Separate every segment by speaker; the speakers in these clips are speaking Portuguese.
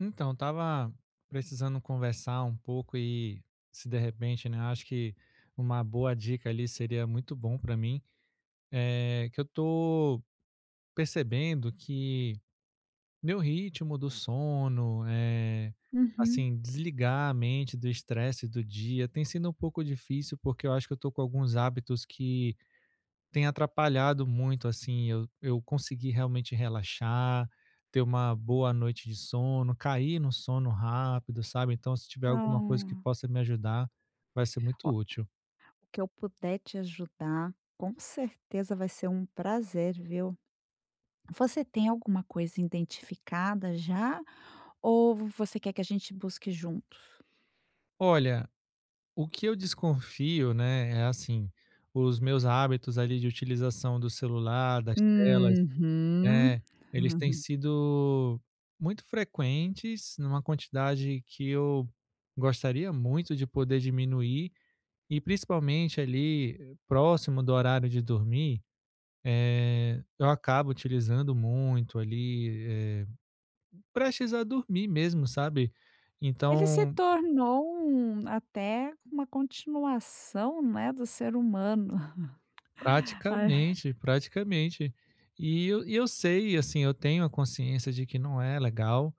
Speaker 1: Então, tava precisando conversar um pouco e se de repente, né, acho que uma boa dica ali seria muito bom para mim, é que eu tô percebendo que meu ritmo do sono, é,
Speaker 2: Uhum.
Speaker 1: assim, desligar a mente do estresse do dia tem sido um pouco difícil porque eu acho que eu tô com alguns hábitos que tem atrapalhado muito, assim, eu consegui realmente relaxar, ter uma boa noite de sono, cair no sono rápido, sabe. Então, se tiver alguma coisa que
Speaker 2: Então,
Speaker 1: possa me ajudar, vai ser
Speaker 2: ó,
Speaker 1: muito útil.
Speaker 2: o que eu puder te ajudar, com certeza vai ser um prazer, viu. Você tem alguma coisa identificada já ou você quer que a gente busque juntos?
Speaker 1: Olha, o que eu desconfio, né, é assim, os meus hábitos ali de utilização do celular, das telas,
Speaker 2: Uhum.
Speaker 1: né, eles têm sido muito frequentes, numa quantidade que eu gostaria muito de poder diminuir. E principalmente ali próximo do horário de dormir, eu acabo utilizando muito ali, prestes a dormir mesmo, sabe.
Speaker 2: Ele se
Speaker 1: Então,
Speaker 2: tornou um até uma continuação, né, do ser humano. Ai.
Speaker 1: praticamente, praticamente. E eu sei, assim, eu tenho a consciência de que não é legal,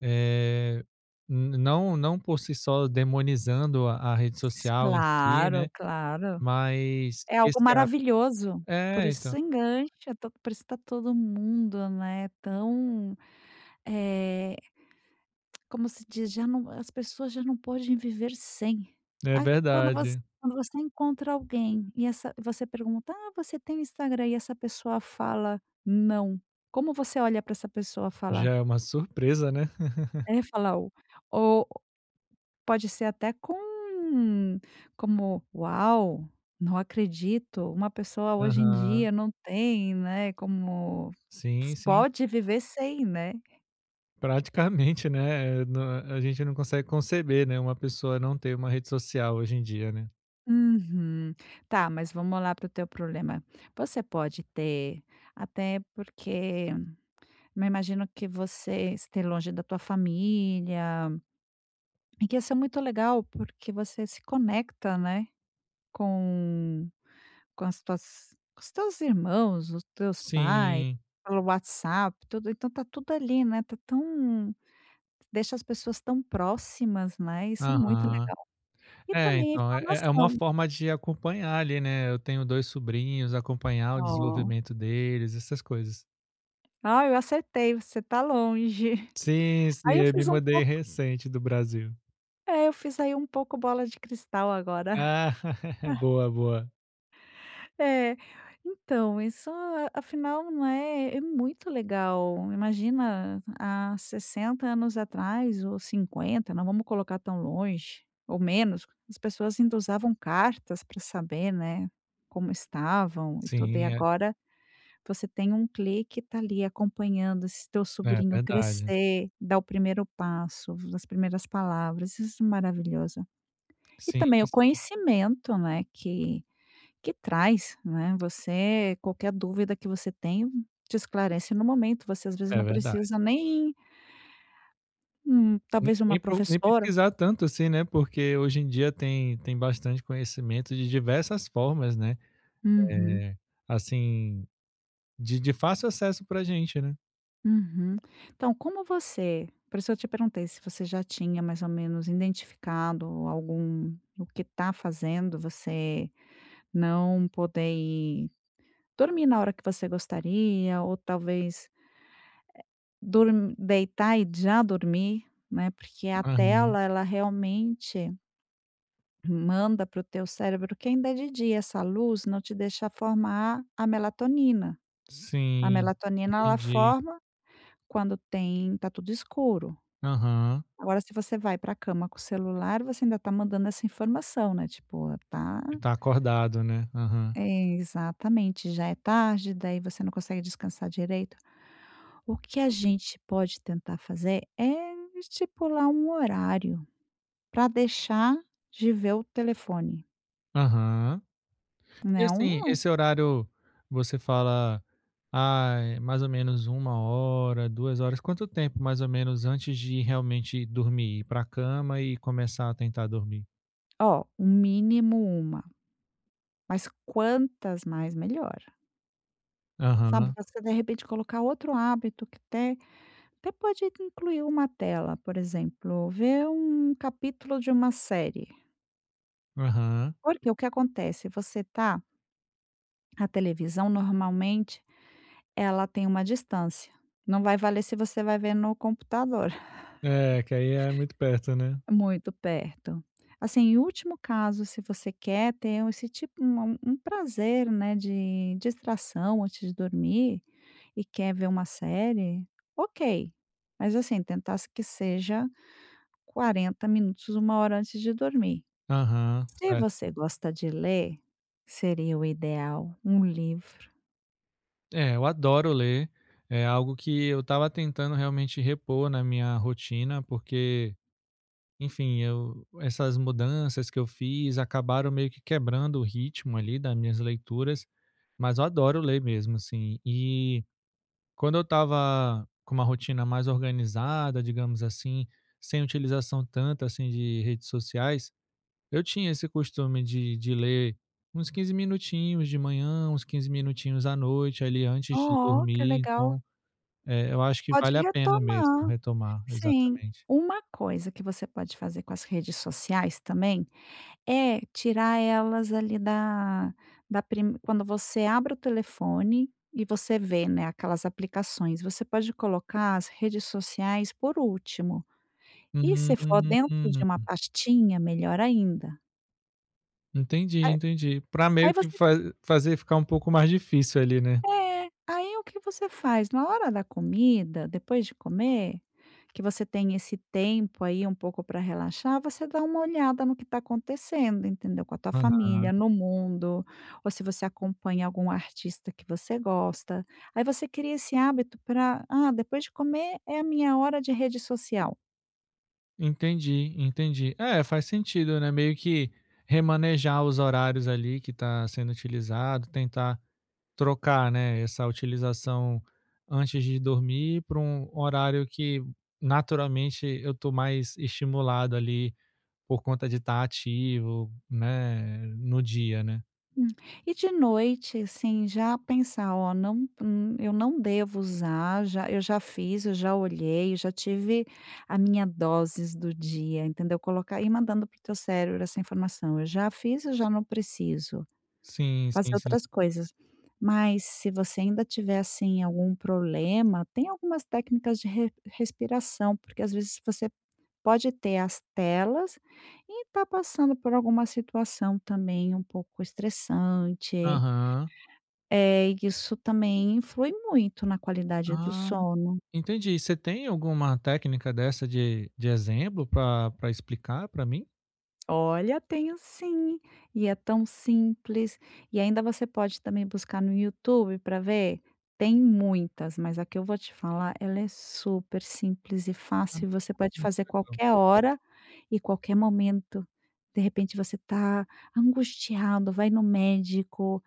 Speaker 1: eh, n não não por si só demonizando a rede social em si,
Speaker 2: claro,
Speaker 1: né,
Speaker 2: claro.
Speaker 1: mas
Speaker 2: É
Speaker 1: que
Speaker 2: algo
Speaker 1: esse hábito
Speaker 2: maravilhoso, por
Speaker 1: é, então,
Speaker 2: isso engancha, to por isso está todo mundo, né, É, como se diz, já não as pessoas já não podem viver sem.
Speaker 1: é
Speaker 2: Ai, quando você
Speaker 1: verdade.
Speaker 2: quando você encontra alguém e essa você pergunta: "Ah, você tem Instagram?" E essa pessoa fala: "Não". Como você olha para essa pessoa falar?
Speaker 1: Já é uma surpresa, né.
Speaker 2: É falar o ou pode ser até como: "Uau, não acredito, uma pessoa hoje em
Speaker 1: Aham.
Speaker 2: dia não tem, né, como
Speaker 1: Sim, sim.
Speaker 2: pode viver sem, né".
Speaker 1: Praticamente, né, nã a gente não consegue conceber, né, uma pessoa não ter uma rede social hoje em dia, né.
Speaker 2: Uhum. Tá, mas vamos lá para o teu problema. Você pode ter, até porque me imagino que você esteja longe da tua família, e que isso é muito legal, porque você se conecta, né, com, com os teus irmãos, os teus pais,
Speaker 1: Sim.
Speaker 2: pelo WhatsApp, tudo. Então tá tudo ali, né? Tá tão, deixa as pessoas tão próximas, né? Isso é muito
Speaker 1: Aham.
Speaker 2: legal. E
Speaker 1: É,
Speaker 2: também a
Speaker 1: então, é uma
Speaker 2: informação.
Speaker 1: forma de acompanhar ali, né. Eu tenho 2 sobrinhos, acompanhar o
Speaker 2: Ó.
Speaker 1: desenvolvimento deles, essas coisas.
Speaker 2: Ah, eu acertei, você tá longe.
Speaker 1: Sim, sim,
Speaker 2: Aí eu
Speaker 1: eu me
Speaker 2: fiz um
Speaker 1: mudei
Speaker 2: pouco
Speaker 1: recente do Brasil.
Speaker 2: é, eu fiz aí um pouco bola de cristal agora.
Speaker 1: Ah, boa, boa.
Speaker 2: É, então, isso afinal, não é muito legal. Imagina há 60 anos atrás ou 50. Não vamos colocar tão longe, ou menos, as pessoas ainda usavam cartas para saber, né, como estavam e tudo, e
Speaker 1: Sim, é
Speaker 2: agora você tem um clique e tá ali acompanhando esse teu
Speaker 1: é
Speaker 2: sobrinho
Speaker 1: verdade.
Speaker 2: crescer, dar o primeiro passo, as primeiras palavras, isso é maravilhoso. E
Speaker 1: Sim,
Speaker 2: também o
Speaker 1: sim,
Speaker 2: conhecimento, né, que traz, né, você qualquer dúvida que você tem, te esclarece no momento, você às vezes
Speaker 1: é
Speaker 2: não
Speaker 1: verdade.
Speaker 2: precisa nem,
Speaker 1: Nem
Speaker 2: talvez uma
Speaker 1: nem pro nem
Speaker 2: professora.
Speaker 1: pesquisar tanto assim, né, porque hoje em dia tem bastante conhecimento de diversas formas, né,
Speaker 2: Uhum,
Speaker 1: eh, assim, de fácil acesso pra gente, né.
Speaker 2: uhum. Então como você por isso eu te perguntei se você já tinha mais ou menos identificado algum o que está fazendo você não poder ir dormir na hora que você gostaria ou talvez Dorm deitar e já dormir, né, porque a
Speaker 1: Aham.
Speaker 2: tela ela realmente manda para o teu cérebro que ainda é de dia, essa luz não te deixa formar a melatonina. A
Speaker 1: Sim,
Speaker 2: melatonina ela
Speaker 1: entendi.
Speaker 2: forma quando tem tá tudo escuro.
Speaker 1: Aham.
Speaker 2: Agora se você vai para a cama com o celular, você ainda tá mandando essa informação, né, tipo, "Ah, tá".
Speaker 1: E tá acordado, né. Aham.
Speaker 2: É, exatamente, já é tarde, daí você não consegue descansar direito. O que a gente pode tentar fazer é estipular um horário para deixar de ver o telefone,
Speaker 1: Aham. E
Speaker 2: né,
Speaker 1: assim, esse horário você fala, ah, é mais ou menos 1 hora, 2 horas, quanto tempo mais ou menos antes de realmente dormir, ir pra cama e começar a tentar dormir?
Speaker 2: ó, um mínimo uma, mas quantas mais melhor, sabe,
Speaker 1: Aham,
Speaker 2: você de repente colocar outro hábito que até pode incluir uma tela, por exemplo, ver um capítulo de uma série,
Speaker 1: aham.
Speaker 2: porque o que acontece, você tá a televisão normalmente ela tem uma distância, não vai valer se você vai ver no computador.
Speaker 1: É, que aí é muito perto, né.
Speaker 2: Muito perto. Assim, em último caso, se você quer ter um, esse tipo um prazer, né, de distração antes de dormir e quer ver uma série, ok, mas assim, tentar que seja 40 minutos, uma hora antes de dormir.
Speaker 1: Aham,
Speaker 2: Se
Speaker 1: certo.
Speaker 2: você gosta de ler, seria o ideal, um livro.
Speaker 1: É, eu adoro ler, é algo que eu estava tentando realmente repor na minha rotina, porque, enfim, eu essas mudanças que eu fiz acabaram meio que quebrando o ritmo ali das minhas leituras, mas eu adoro ler mesmo, assim. E quando eu estava com uma rotina mais organizada, digamos assim, sem utilização tanta, assim, de redes sociais, eu tinha esse costume de ler uns 15 minutinhos de manhã, uns 15 minutinhos à noite, ali, antes de
Speaker 2: Oh, que
Speaker 1: dormir,
Speaker 2: legal.
Speaker 1: então, eu acho que
Speaker 2: Pode
Speaker 1: vale a pena mesmo
Speaker 2: retomar.
Speaker 1: retomar,
Speaker 2: Sim.
Speaker 1: exatamente.
Speaker 2: Uma coisa que você pode fazer com as redes sociais também. É, tirar elas ali da da prim quando você abre o telefone e você vê, né, aquelas aplicações, você pode colocar as redes sociais por último. E
Speaker 1: Hum,
Speaker 2: se for dentro de uma pastinha, melhor ainda. A
Speaker 1: entendi, entendi. Para
Speaker 2: aí
Speaker 1: meio que
Speaker 2: você
Speaker 1: fa fazer ficar um pouco mais difícil ali, né?
Speaker 2: É, aí o que você faz? Na hora da comida, depois de comer, que você tem esse tempo aí um pouco para relaxar, você dá uma olhada no que está acontecendo, entendeu? Com a tua família, no mundo, ou se você acompanha algum artista que você gosta. Aí você cria esse hábito para, depois de comer é a minha hora de rede social.
Speaker 1: Entendi, entendi. É, faz sentido, né, meio que remanejar os horários ali que está sendo utilizado, tentar trocar, né, essa utilização antes de dormir para um horário que naturalmente eu estou mais estimulado ali por conta de estar ativo, né, no dia, né.
Speaker 2: Hum. E de noite, assim, já pensar: "Ó, não eu não devo usar, já eu já fiz, eu já olhei, eu já tive a minha doses do dia", entendeu? Colocar e mandando para o teu cérebro essa informação: "Eu já fiz, eu já não preciso,
Speaker 1: Sim,
Speaker 2: fazer
Speaker 1: sim, sim.
Speaker 2: outras coisas". Mas se você ainda tiver, assim, algum problema, tem algumas técnicas de re respiração, porque às vezes você pode ter as telas e tá passando por alguma situação também um pouco estressante.
Speaker 1: Aham.
Speaker 2: É, isso também influi muito na qualidade do
Speaker 1: Ah,
Speaker 2: sono.
Speaker 1: entendi. Você tem alguma técnica dessa de exemplo para explicar para mim?
Speaker 2: Olha, tenho sim, e é tão simples. E ainda você pode também buscar no YouTube para ver. Tem muitas, mas a que eu vou te falar, ela é super simples e fácil, e você pode fazer qualquer hora e qualquer momento. De repente você tá angustiado, vai no médico,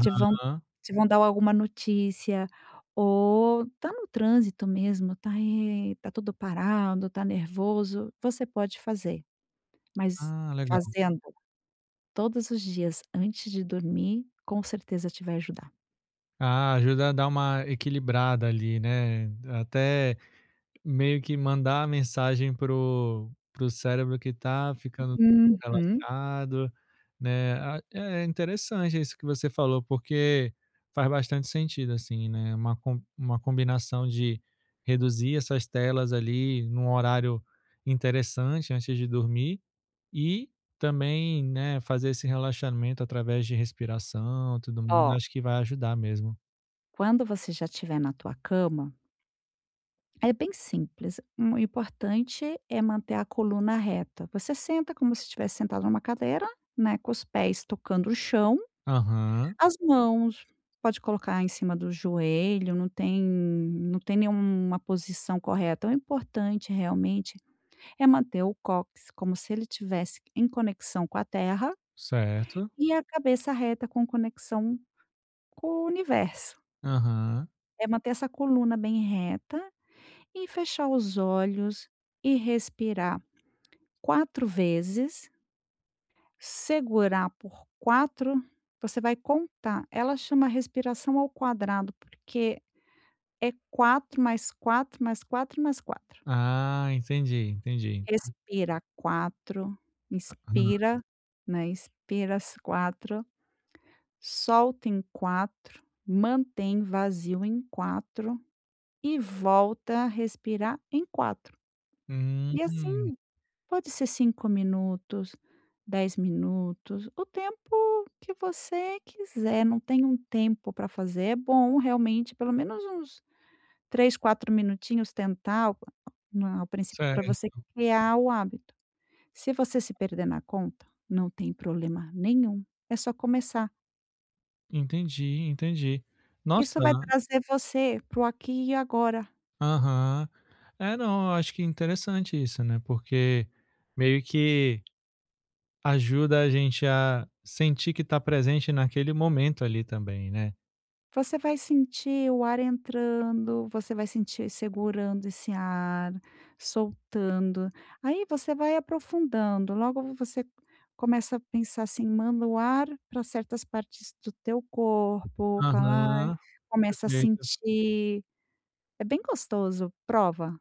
Speaker 2: te vão te vão dar alguma notícia, ou tá no trânsito mesmo, tá, tá tudo parado, tá nervoso, você pode fazer. Mas
Speaker 1: Ah, legal.
Speaker 2: fazendo todos os dias antes de dormir, com certeza te vai ajudar.
Speaker 1: Ah, ajuda a dar uma equilibrada ali, né, até meio que mandar a mensagem pro cérebro que tá ficando
Speaker 2: Uhum.
Speaker 1: relaxado, né. A É interessante isso que você falou, porque faz bastante sentido, assim, né, uma com uma combinação de reduzir essas telas ali num horário interessante antes de dormir e também, né, fazer esse relaxamento através de respiração, tudo mais, eu
Speaker 2: Ó,
Speaker 1: acho que vai ajudar mesmo.
Speaker 2: quando você já estiver na tua cama, é bem simples, o importante é manter a coluna reta. Você senta como se estivesse sentado numa cadeira, né, com os pés tocando o chão,
Speaker 1: Aham,
Speaker 2: as mãos pode colocar em cima do joelho, não tem nenhuma posição correta. O importante realmente é manter o cóccix como se ele tivesse em conexão com a terra
Speaker 1: certo.
Speaker 2: e a cabeça reta com conexão com o universo.
Speaker 1: Aham.
Speaker 2: É manter essa coluna bem reta e fechar os olhos e respirar quatro vezes, segurar por 4. Você vai contar. Ela chama respiração ao quadrado, porque é 4 mais quatro mais 4 mais 4.
Speaker 1: Ah, entendi, entendi.
Speaker 2: Respira 4,
Speaker 1: Aham.
Speaker 2: inspira, né, inspira as 4, solta em 4, mantém vazio em 4. E volta a respirar em quatro. E
Speaker 1: Hum,
Speaker 2: assim, pode ser 5 minutos, 10 minutos, o tempo que você quiser, não tem um tempo para fazer. É bom realmente pelo menos uns 3, 4 minutinhos tentar o na ao princípio para você
Speaker 1: certo.
Speaker 2: criar o hábito. Se você se perder na conta, não tem problema nenhum, é só começar.
Speaker 1: Entendi, entendi. Nossa,
Speaker 2: Isso vai trazer você para o aqui e agora.
Speaker 1: aham. É, não, eu acho que é interessante isso, né, porque meio que ajuda a gente a sentir que tá presente naquele momento ali também, né.
Speaker 2: Você vai sentir o ar entrando, você vai sentir segurando esse ar, soltando. Aí você vai aprofundando. Logo você começa a pensar assim, manda o ar para certas partes do teu corpo, fala,
Speaker 1: Aham,
Speaker 2: começa a
Speaker 1: perfeito.
Speaker 2: sentir. É bem gostoso, prova.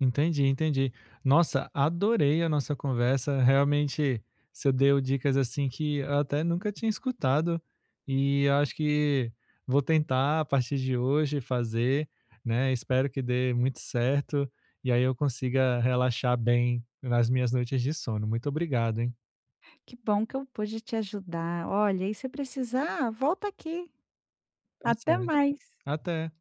Speaker 1: Entendi, entendi. Nossa, adorei a nossa conversa. Realmente, você deu dicas assim que eu até nunca tinha escutado e eu acho que vou tentar a partir de hoje fazer, né? Espero que dê muito certo e aí eu consiga relaxar bem nas minhas noites de sono. Muito obrigado, hein?
Speaker 2: Que bom que eu pude te ajudar. Olha, e se precisar, volta aqui.
Speaker 1: Tá
Speaker 2: Até
Speaker 1: certo.
Speaker 2: mais.
Speaker 1: Até.